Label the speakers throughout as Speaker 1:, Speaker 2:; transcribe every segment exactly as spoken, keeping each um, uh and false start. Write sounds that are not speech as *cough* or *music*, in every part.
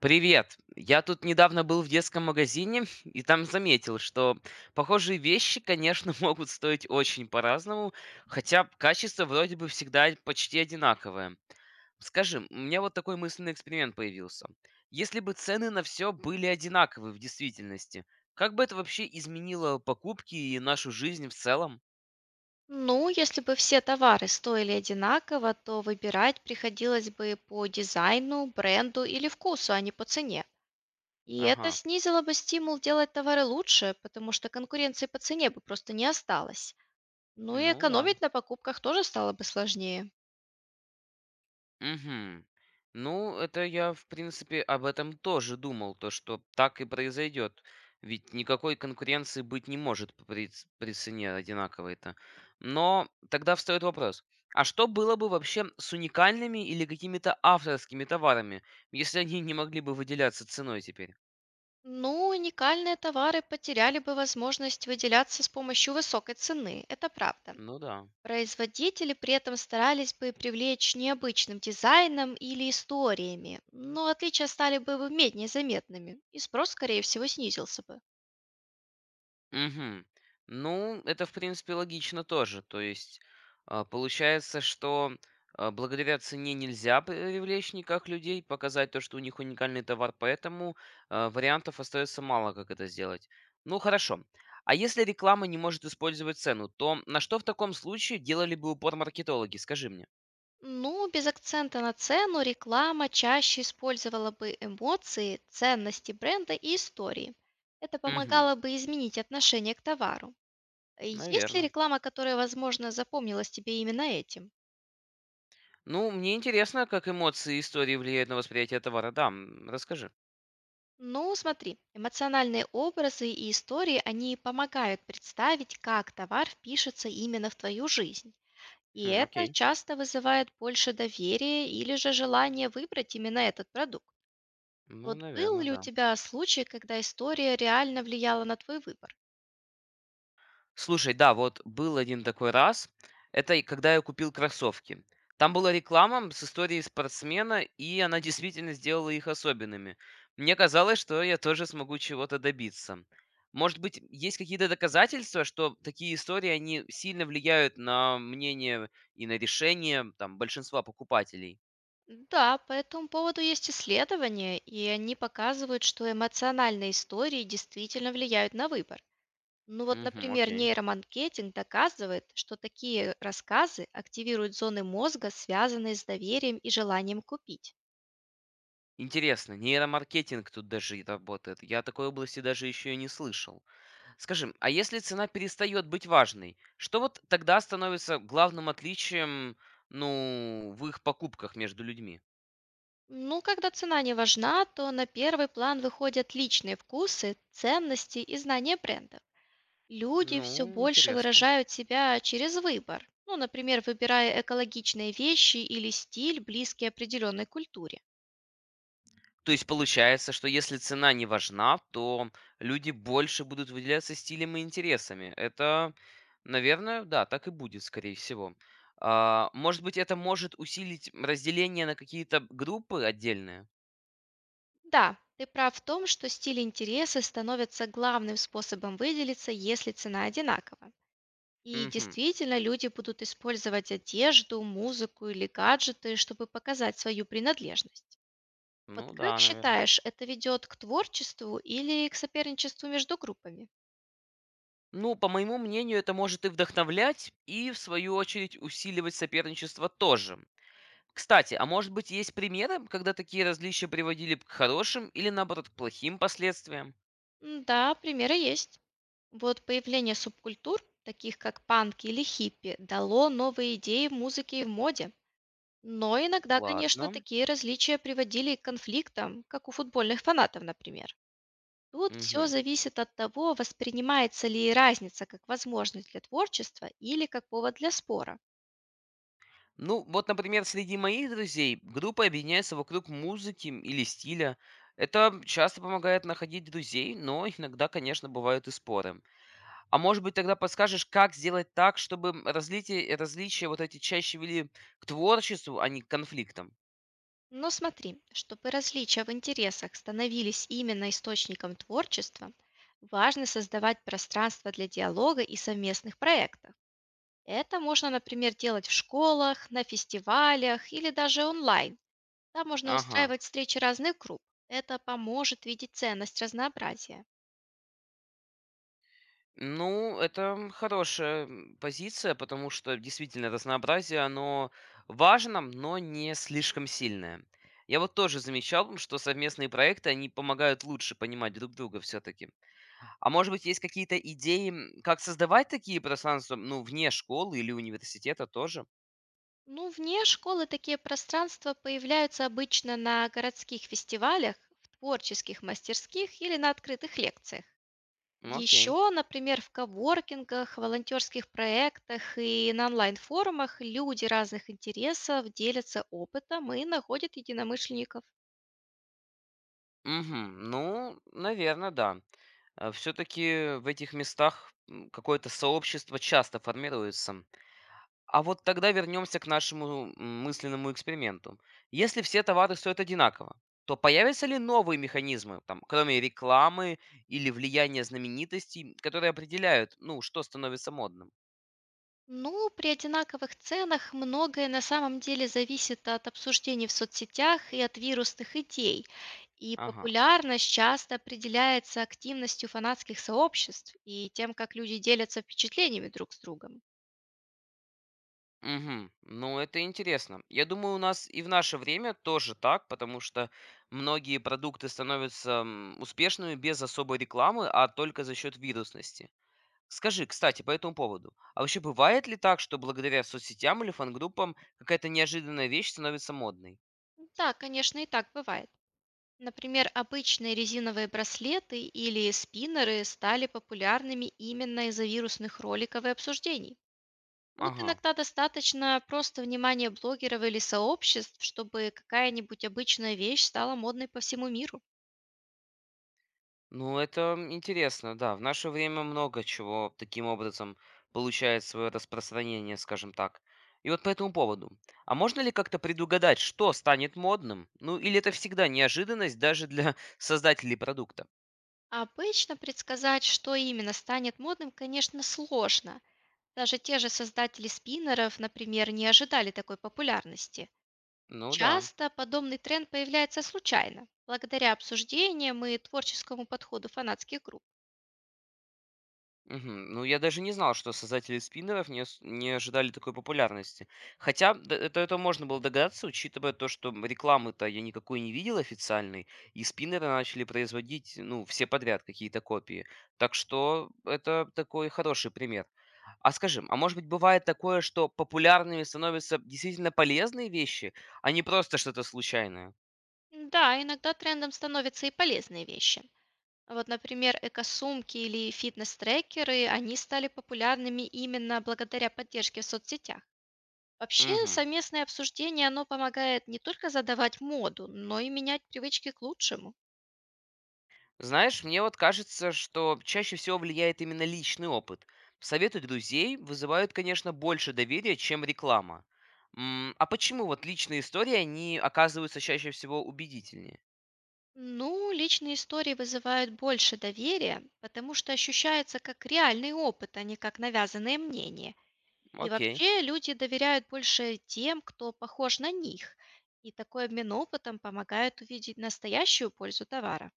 Speaker 1: Привет! Я тут недавно был в детском магазине *laughs* и там заметил, что похожие вещи, конечно, *laughs* могут стоить очень по-разному, хотя качество вроде бы всегда почти одинаковое. Скажи, у меня вот такой мысленный эксперимент появился. Если бы цены на все были одинаковы в действительности, как бы это вообще изменило покупки и нашу жизнь в целом?
Speaker 2: Ну, если бы все товары стоили одинаково, то выбирать приходилось бы по дизайну, бренду или вкусу, а не по цене. И это
Speaker 1: Ага,
Speaker 2: снизило бы стимул делать товары лучше, потому что конкуренции по цене бы просто не осталось. Ну и
Speaker 1: ну да.
Speaker 2: экономить на покупках тоже стало бы сложнее.
Speaker 1: Мгм. Ну, это я, в принципе, об этом тоже думал, то, что так и произойдет. Ведь никакой конкуренции быть не может п- при, ц- при цене одинаковой-то. Но тогда встает вопрос, а что было бы вообще с уникальными или какими-то авторскими товарами, если они не могли бы выделяться ценой теперь?
Speaker 2: Ну, уникальные товары потеряли бы возможность выделяться с помощью высокой цены, это правда.
Speaker 1: Ну да.
Speaker 2: Производители при этом старались бы привлечь необычным дизайном или историями, но отличия стали бы в- менее заметными, и спрос, скорее всего, снизился бы.
Speaker 1: Мгм. Ну, это, в принципе, логично тоже. То есть, а, получается, что а, благодаря цене нельзя привлечь никак людей, показать то, что у них уникальный товар, поэтому а, вариантов остается мало, как это сделать. Ну, хорошо. А если реклама не может использовать цену, то на что в таком случае делали бы упор маркетологи, скажи мне?
Speaker 2: Ну, без акцента на цену реклама чаще использовала бы эмоции, ценности бренда и истории. Это
Speaker 1: Угу,
Speaker 2: помогало бы изменить отношение к товару. Есть ли
Speaker 1: наверное.
Speaker 2: реклама, которая, возможно, запомнилась тебе именно этим?
Speaker 1: Ну, мне интересно, как эмоции и истории влияют на восприятие товара. Да, м, расскажи.
Speaker 2: Ну, смотри, эмоциональные образы и истории, они помогают представить, как товар впишется именно в твою жизнь. И
Speaker 1: Хм,
Speaker 2: это
Speaker 1: окей.
Speaker 2: часто вызывает больше доверия или же желание выбрать именно этот продукт.
Speaker 1: Ну,
Speaker 2: Вот был
Speaker 1: наверное,
Speaker 2: ли у
Speaker 1: да.
Speaker 2: тебя случай, когда история реально влияла на твой выбор?
Speaker 1: Слушай, да, вот был один такой раз. Это и когда я купил кроссовки. Там была реклама с историей спортсмена, и она действительно сделала их особенными. Мне казалось, что я тоже смогу чего-то добиться. Может быть, есть какие-то доказательства, что такие истории, они сильно влияют на мнение и на решение там, большинства покупателей?
Speaker 2: Да, по этому поводу есть исследования, и они показывают, что эмоциональные истории действительно влияют на выбор. Ну вот,
Speaker 1: Угу,
Speaker 2: например,
Speaker 1: окей.
Speaker 2: нейромаркетинг доказывает, что такие рассказы активируют зоны мозга, связанные с доверием и желанием купить.
Speaker 1: Интересно, нейромаркетинг тут даже и работает. Я о такой области даже еще и не слышал. Скажи, а если цена перестает быть важной, что вот тогда становится главным отличием, ну, в их покупках между людьми?
Speaker 2: Ну, когда цена не важна, то на первый план выходят личные вкусы, ценности и знания бренда. Люди все
Speaker 1: Ну,
Speaker 2: больше
Speaker 1: интересно.
Speaker 2: выражают себя через выбор, ну, например, выбирая экологичные вещи или стиль, близкий определенной культуре.
Speaker 1: То есть получается, что если цена не важна, то люди больше будут выделяться стилем и интересами. Это, наверное, да, так и будет, скорее всего. А, может быть, это может усилить разделение на какие-то группы отдельные?
Speaker 2: Да, ты прав в том, что стиль интересы становится главным способом выделиться, если цена одинакова. И
Speaker 1: Угу.
Speaker 2: действительно, люди будут использовать одежду, музыку или гаджеты, чтобы показать свою принадлежность. Вот
Speaker 1: Ну
Speaker 2: как
Speaker 1: да, наверное.
Speaker 2: считаешь, это ведет к творчеству или к соперничеству между группами?
Speaker 1: Ну, по моему мнению, это может и вдохновлять, и в свою очередь усиливать соперничество тоже. Кстати, а может быть есть примеры, когда такие различия приводили к хорошим или наоборот к плохим последствиям?
Speaker 2: М, Да, примеры есть. Вот появление субкультур, таких как панк или хиппи, дало новые идеи в музыке и в моде. Но иногда, конечно,
Speaker 1: Ладно.
Speaker 2: такие различия приводили к конфликтам, как у футбольных фанатов, например. Тут все
Speaker 1: Мгм.
Speaker 2: зависит от того, воспринимается ли разница как возможность для творчества или как повод для спора.
Speaker 1: Ну, вот, например, среди моих друзей группа объединяется вокруг музыки или стиля. Это часто помогает находить друзей, но иногда, конечно, бывают и споры. А может быть, тогда подскажешь, как сделать так, чтобы, м, разлитие различия вот эти чаще вели к творчеству, а не к конфликтам?
Speaker 2: Но смотри, чтобы различия в интересах становились именно источником творчества, важно создавать пространство для диалога и совместных проектов. Это можно, например, делать в школах, на фестивалях или даже онлайн. Там можно
Speaker 1: Ага.
Speaker 2: устраивать встречи разных групп. Это поможет видеть ценность разнообразия.
Speaker 1: Ну, это, хорошая, м, позиция, потому что действительно разнообразие, оно важно, но не слишком сильное. Я вот тоже замечал, м, что совместные проекты, они помогают лучше понимать друг друга все-таки. А может быть, есть какие-то идеи, м, как создавать такие пространства, ну, вне школы или университета тоже?
Speaker 2: Ну, вне школы такие пространства появляются обычно на городских фестивалях, в творческих мастерских или на открытых лекциях.
Speaker 1: М, окей.
Speaker 2: Еще, например, в коворкингах, волонтерских проектах и на онлайн-форумах люди разных интересов делятся опытом и находят единомышленников.
Speaker 1: Мгм. Ну, наверное, да. Все-таки в этих местах м, какое-то сообщество часто формируется. А вот тогда вернемся к нашему м, мысленному эксперименту. Если все товары стоят одинаково, то появятся ли новые механизмы, там, кроме рекламы или влияния знаменитостей, которые определяют, ну, что становится модным?
Speaker 2: Ну, при одинаковых ценах многое на самом деле зависит от обсуждений в соцсетях и от вирусных идей. И
Speaker 1: Ага.
Speaker 2: популярность часто определяется активностью фанатских сообществ и тем, как люди делятся впечатлениями друг с другом.
Speaker 1: Мгм. Ну, это интересно. Я думаю, у нас и в наше время тоже так, потому что многие продукты становятся м, успешными без особой рекламы, а только за счет вирусности. Скажи, кстати, по этому поводу, а вообще бывает ли так, что благодаря соцсетям или фан-группам какая-то неожиданная вещь становится модной?
Speaker 2: Да, конечно, и так бывает. Например, обычные резиновые браслеты или спиннеры стали популярными именно из-за вирусных роликов и обсуждений. Тут
Speaker 1: Ага.
Speaker 2: иногда достаточно просто внимания блогеров или сообществ, чтобы какая-нибудь обычная вещь стала модной по всему миру.
Speaker 1: Ну, это интересно, да. В наше время много чего таким образом получает свое распространение, скажем так. И вот по этому поводу. А можно ли как-то предугадать, что станет модным? Ну, или это всегда неожиданность даже для *laughs* создателей продукта?
Speaker 2: А обычно предсказать, что именно станет модным, конечно, сложно. Даже те же создатели спиннеров, например, не ожидали такой популярности.
Speaker 1: Ну да.
Speaker 2: Часто подобный тренд появляется случайно, благодаря обсуждениям и творческому подходу фанатских групп.
Speaker 1: Мгм. Ну, я даже не знал, что создатели спиннеров не, с- не ожидали такой популярности. Хотя д- это, это можно было догадаться, учитывая то, что м, рекламы-то я никакой не видел официальной, и спиннеры начали производить, ну, все подряд какие-то копии. Так что это такой хороший пример. А скажи, а может быть бывает такое, что популярными становятся действительно полезные вещи, а не просто что-то случайное?
Speaker 2: Да, иногда трендом становятся и полезные вещи. Вот, например, экосумки или фитнес-трекеры, они стали популярными именно благодаря поддержке в соцсетях. Вообще,
Speaker 1: Мгм.
Speaker 2: совместное обсуждение, оно помогает не только задавать моду, но и менять привычки к лучшему.
Speaker 1: Знаешь, мне вот кажется, что чаще всего влияет именно личный опыт. Советы друзей вызывают, конечно, больше доверия, чем реклама. М, А почему вот личные истории, они оказываются чаще всего убедительнее?
Speaker 2: Ну, личные истории вызывают больше доверия, потому что ощущается как реальный опыт, а не как навязанное мнение. И
Speaker 1: Окей,
Speaker 2: вообще люди доверяют больше тем, кто похож на них. И такой обмен опытом помогает увидеть настоящую пользу товара.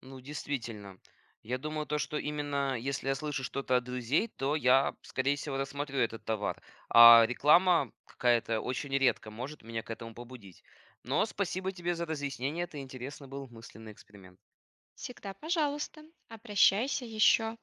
Speaker 1: ну действительно. Я думаю, то, что именно если я слышу что-то от друзей, то я, скорее всего, рассмотрю этот товар. А реклама какая-то очень редко может меня к этому побудить. Но спасибо тебе за разъяснение, это интересный был мысленный эксперимент.
Speaker 2: Всегда пожалуйста, обращайся еще.